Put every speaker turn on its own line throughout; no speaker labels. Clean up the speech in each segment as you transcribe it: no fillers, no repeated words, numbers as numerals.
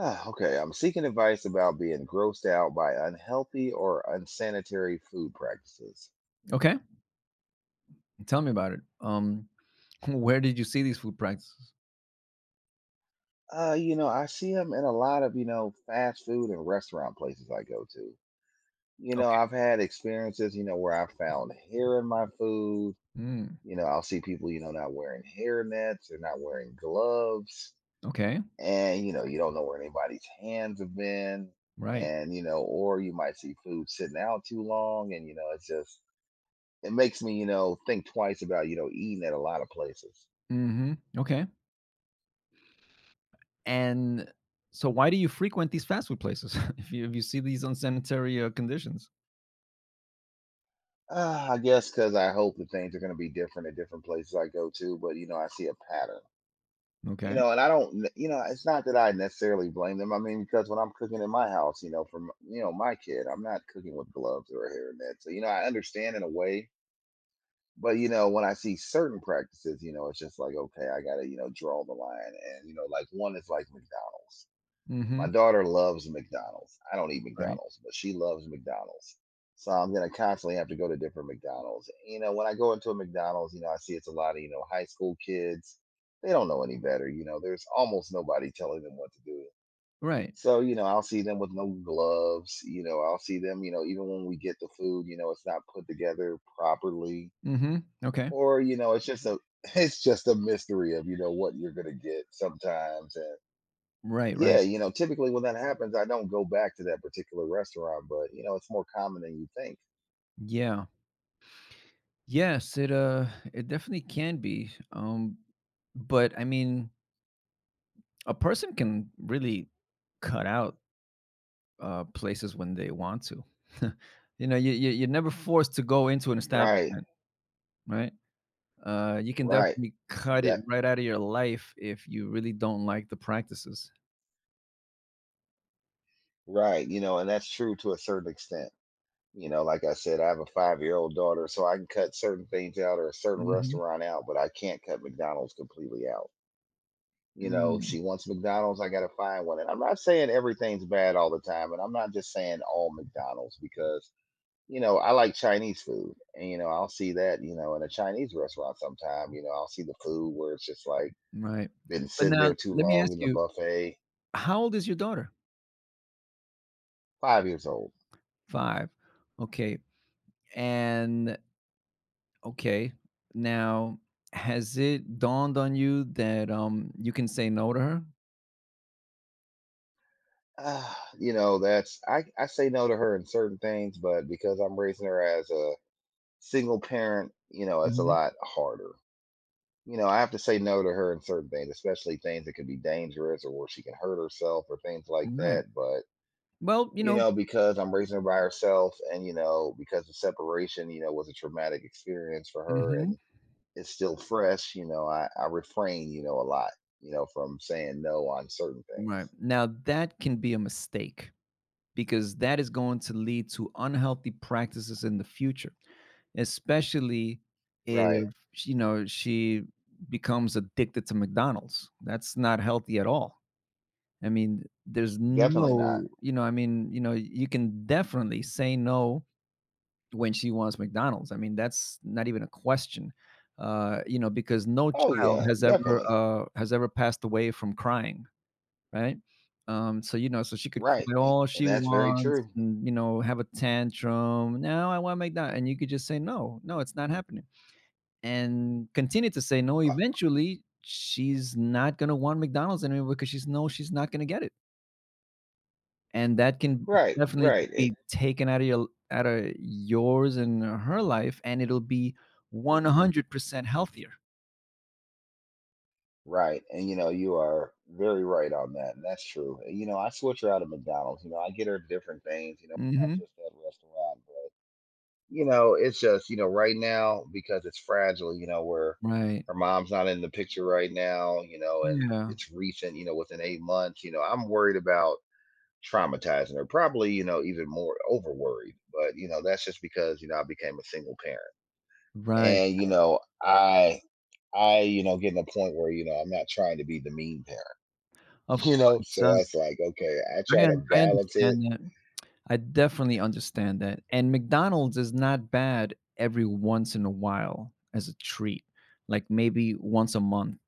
Ah, okay, I'm seeking advice about being grossed out by unhealthy or unsanitary food practices.
Okay, tell me about it. Where did you see these food practices?
I see them in a lot of fast food and restaurant places I go to.
Okay.
I've had experiences where I found hair in my food.
Mm,
I'll see people not wearing hair nets, they're not wearing gloves,
okay.
and you don't know where anybody's hands have been.
Right.
Or you might see food sitting out too long, it's just it makes me think twice about eating at a lot of places.
hmm Okay. And so, why do you frequent these fast food places if you see these unsanitary conditions?
I guess because I hope that things are going to be different at different places I go to, but I see a pattern, you
Okay.
know, and I don't. It's not that I necessarily blame them. I mean, because when I'm cooking in my house, from my kid, I'm not cooking with gloves or a hairnet. So I understand in a way, but when I see certain practices, it's just like, okay, I got to draw the line. And like one is like McDonald's. My
hmm
daughter loves McDonald's. I don't eat
Right.
McDonald's, but she loves McDonald's. So I'm gonna constantly have to go to different McDonald's. When I go into a McDonald's, I see it's a lot of high school kids. They don't know any better. There's almost nobody telling them what to do.
Right.
So I'll see them with no gloves. I'll see them, even when we get the food, it's not put together properly.
hmm Okay.
Or, it's just a it's just a mystery of what you're gonna get sometimes.
Right.
Yeah,
Right.
typically when that happens, I don't go back to that particular restaurant, but it's more common than you think.
Yeah. Yes. It definitely can be. But I mean, a person can really cut out places when they want to. You know, you're never forced to go into an
Right,
establishment, right? You can
right.
definitely cut it
That
right out of your life if you really don't like the practices.
Right, and that's true to a certain extent. Like I said, I have a five-year-old daughter, so I can cut certain things out or a certain
Hmm
restaurant out, but I can't cut McDonald's completely out.
Mm,
She wants McDonald's, I gotta find one. And I'm not saying everything's bad all the time, and I'm not just saying all McDonald's because I like Chinese food, and I'll see that, in a Chinese restaurant sometime. I'll see the food where it's just like
right.
been
But
sitting
now
there too
let me
long
ask
in the
you,
buffet.
how old is your daughter?
5 years old.
Five. Okay. And okay. Now, has it dawned on you that you can say no to her?
Ah, you know, that's I say no to her in certain things, but because I'm raising her as a single parent, it's a
Hmm
lot harder. I have to say no to her in certain things, especially things that could be dangerous or where she can hurt herself or things like
Right.
that. But
Well, you
you
know,
know, because I'm raising her by herself and because the separation was a traumatic experience for her
mhm.
and it's still fresh. I refrain a lot, from saying no on certain
Right.
things.
Now that can be a mistake because that is going to lead to unhealthy practices in the future, especially
Right.
if you know she becomes addicted to McDonald's. That's not healthy at all. I mean, there's
Definitely not.
no, you know, I mean, you know, you can definitely say no when she wants McDonald's. I mean, that's not even a question. You know, because no
Oh,
child
yeah, definitely.
has ever passed away from crying, right? So, you know, so she could
Right.
cry
And,
all
and
she
that's very
wants
true.
and, you know, have a tantrum. No, I want to make that. And you could just say, no, no, it's not happening. And continue to say no.
Uh,
Eventually, she's not going to want McDonald's anymore because she's not going to get it. And that can
Right.
definitely
Right.
be taken out of out of yours and her life. And it'll be 100% healthier.
Right. And you are very right on that. And that's true. And I switch her out of McDonald's. I get her different things, not
Hmm
just that restaurant, but you know, it's just, you know, right now because it's fragile, where
Right.
her mom's not in the picture right now, and
Yeah.
it's recent, within eight months. I'm worried about traumatizing her, probably, even more over worried. But that's just because I became a single parent.
Right.
And I getting a point where I'm not trying to be the mean parent,
Of course.
So that's like, okay, I try to
I
balance it.
understand that. I definitely understand that. And McDonald's is not bad every once in a while as a treat, like maybe once a month,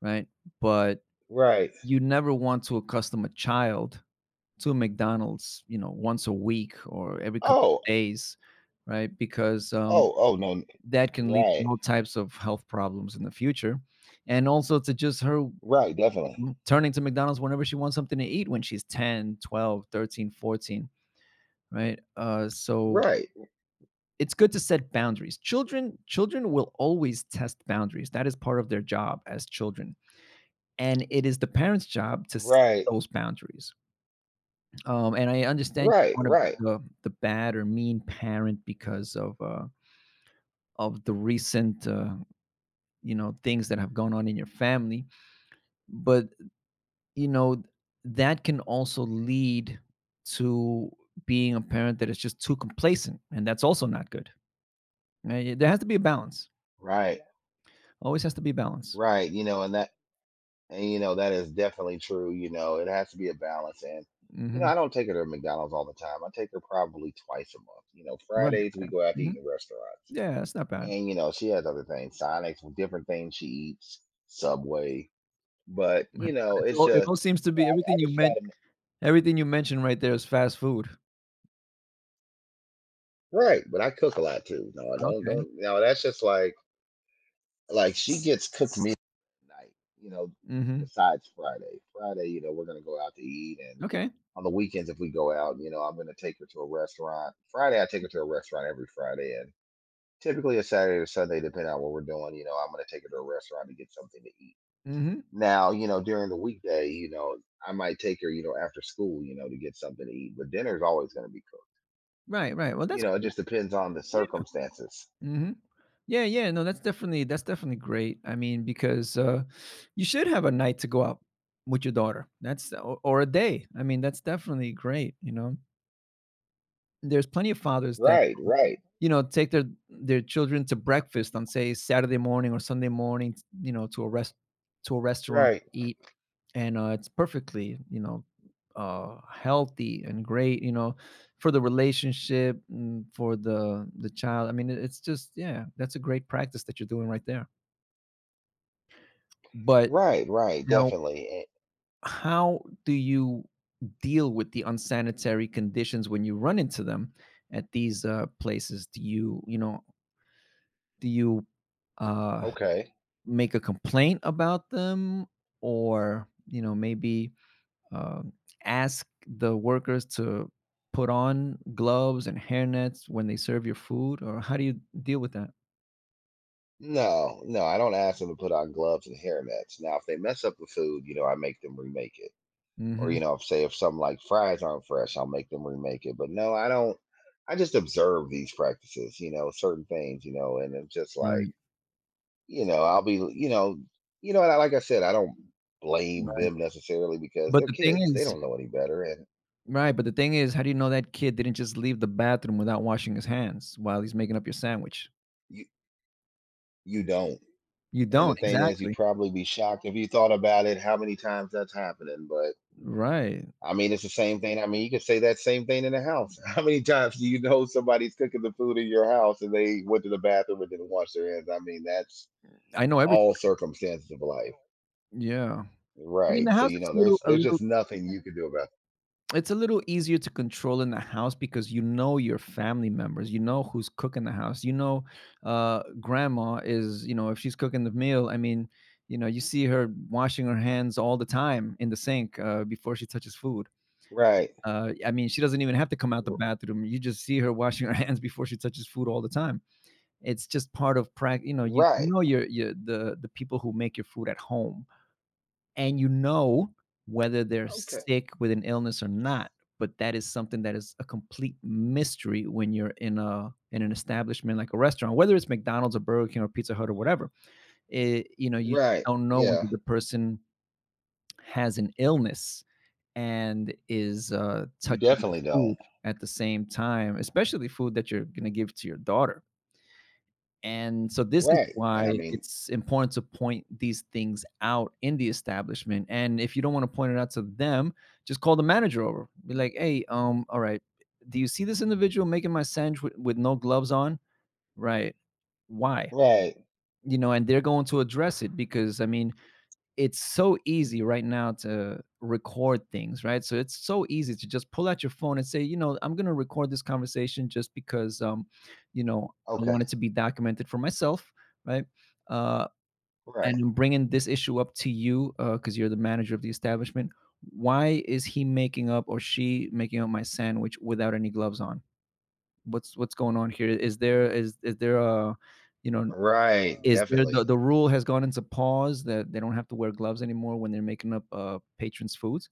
right? But
Right.
you never want to accustom a child to McDonald's, you know, once a week or every couple
Oh,
of days, right? Because
oh no.
that can lead to
Right.
all types of health problems in the future. And also to just her,
Right,
you
definitely.
know, turning to McDonald's whenever she wants something to eat when she's 10, 12, 13, 14, right? So
Right.
it's good to set boundaries. Children will always test boundaries. That is part of their job as children, and it is the parents' job to set
Right.
those boundaries. And I understand you
Right.
want to be
Right. Yeah.
the bad or mean parent because of the recent you know, things that have gone on in your family, but you know that can also lead to being a parent that is just too complacent, and that's also not good. There has to be a balance.
Right.
Always has to be a balance.
Right. You know, and that and you know that is definitely true. It has to be a balance. And
Hmm
I don't take her to McDonald's all the time. I take her probably twice a month.
Right.
Fridays we go out to
Mhm.
eat in restaurants.
Yeah, that's not bad.
And she has other things, Sonics with different things she eats, Subway. But
Right.
you
But
know,
it's
it's
all it
just
all seems to
you know,
be
I
everything you
just try
meant
to ma-
everything you mentioned right there is fast food.
Right, but I cook a lot too. No, don't
Okay.
don't no, that's just like she gets cooked meat at night, you know,
Mhm.
besides Friday. Friday, we're gonna go out to eat and
Okay.
on the weekends if we go out, I'm gonna take her to a restaurant. Friday I take her to a restaurant every Friday and typically a Saturday or Sunday, depending on what we're doing, I'm gonna take her to a restaurant to get something to eat.
Mhm.
Now, during the weekday, I might take her, after school, to get something to eat, but dinner's always gonna be cooked.
Right, right. Well, that's
It
cool.
just depends on the
Yeah.
circumstances.
Mhm. Yeah, yeah. No, that's definitely, that's definitely great. I mean, because, you should have a night to go out with your daughter. That's or a day. I mean, that's definitely great, you know? There's plenty of fathers that,
Right, right,
you know, take their children to breakfast on, say, Saturday morning or Sunday morning, you know, to a rest to a restaurant,
right.
eat, and it's perfectly, you know, healthy and great, you know, for the relationship, mm, for the child. I mean, it's just, yeah, that's a great practice that you're doing right there. But
Right, right,
now,
definitely.
how do you deal with the unsanitary conditions when you run into them at these places? Do you, you know, do you, uh
Okay.
make a complaint about them, or you know, maybe, um, ask the workers to put on gloves and hairnets when they serve your food, or how do you deal with that?
No, no, I don't ask them to put on gloves and hairnets. Now, if they mess up the food, I make them remake it. Or,
Mhm.
you know, if something like fries aren't fresh, I'll make them remake it. But no, I don't. I just observe these practices, certain things, and it's just like,
Right,
you know, I'll be, you know, like I said, I don't blame
right.
them necessarily because
But
they're
the thing
kids. They
is
don't know any better, and
Right, but the thing is, how do you know that kid didn't just leave the bathroom without washing his hands while he's making up your sandwich?
you you don't.
You
And the
don't,
thing is, you'd
exactly.
probably be shocked if you thought about it, how many times that's happening. But
Right.
I mean, it's the same thing. I mean, you can say that same thing in the house. How many times do you know somebody's cooking the food in your house and they went to the bathroom and didn't wash their hands? I mean, that's
I know everything.
all circumstances of life,
Yeah. But in the
right? So
house,
you
it's
know,
a little
there's
a
there's
little
just nothing you can do about it,
It's a little easier to control in the house because you know your family members, you know who's cooking the house, you know, grandma is, you know, if she's cooking the meal, I mean, you know, you see her washing her hands all the time in the sink, before she touches food.
right?
I mean, she doesn't even have to come out the
R-
bathroom. You just see her washing her hands before she touches food all the time. It's just part of practice. You know, you
Right?
know your the people who make your food at home and you know whether they're
Okay.
sick with an illness or not, but that is something that is a complete mystery when you're in a, in an establishment like a restaurant, whether it's mcdonald's or burger king or pizza hut or whatever it, you know, you
Right?
don't know whether
Yeah.
the person has an illness and is,
You
touching the
definitely don't,
food at the same time, especially food that you're going to give to your daughter. And so this is
right? And
why
I mean,
it's important to point these things out in the establishment. And if you don't want to point it out to them, just call the manager over. Be like, "Hey, all right, do you see this individual making my sandwich with no gloves on? Right? Why?
right?
You know?" And they're going to address it because I mean, it's so easy right now to record things, right? So it's so easy to just pull out your phone and say, you know, I'm going to record this conversation just because, you know, I
Okay.
want it to be documented for myself, right? Uh,
Right?
and I'm bringing this issue up to you because you're the manager of the establishment. Why is he making up or she making up my sandwich without any gloves on? What's going on here? Is there a, you know,
Right?
is there the
Definitely.
the rule has gone into pause that they don't have to wear gloves anymore when they're making up, patrons' foods,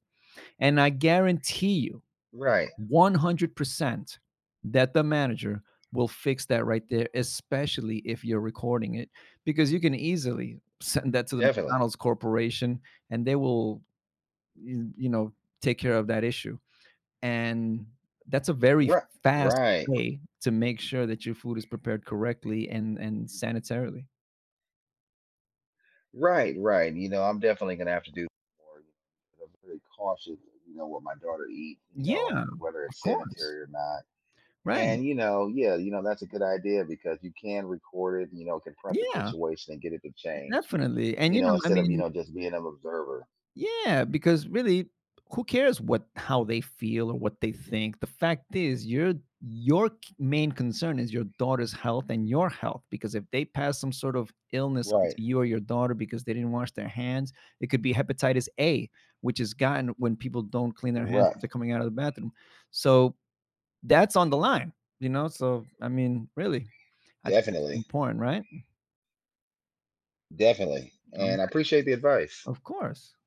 and I guarantee you
Right?
100% that the manager will fix that right there, especially if you're recording it, because you can easily send that to the
Definitely.
McDonald's corporation, and they will, you know, take care of that issue, and that's a very
Right?
fast
Right?
way to make sure that your food is prepared correctly and sanitarily.
Right, right. I'm definitely gonna have to do more. I'm very cautious what my daughter eats,
Yeah,
and whether
of
it's
course.
sanitary or not.
Right.
Yeah, that's a good idea because you can record it, confront the
Yeah,
situation and get it to change,
definitely. And,
you
you
know,
know, I
instead of, you
mean,
know, just being an observer.
yeah, because really, who cares what how they feel or what they think? The fact is your c main concern is your daughter's health and your health, because if they pass some sort of illness onto
Right,
you or your daughter because they didn't wash their hands, it could be hepatitis A, which is gotten when people don't clean their hands
right.
after coming out of the bathroom. So, that's on the line, you know? So, I mean, really, I think that's
Definitely,
important, right?
definitely. And I appreciate the advice.
Of course.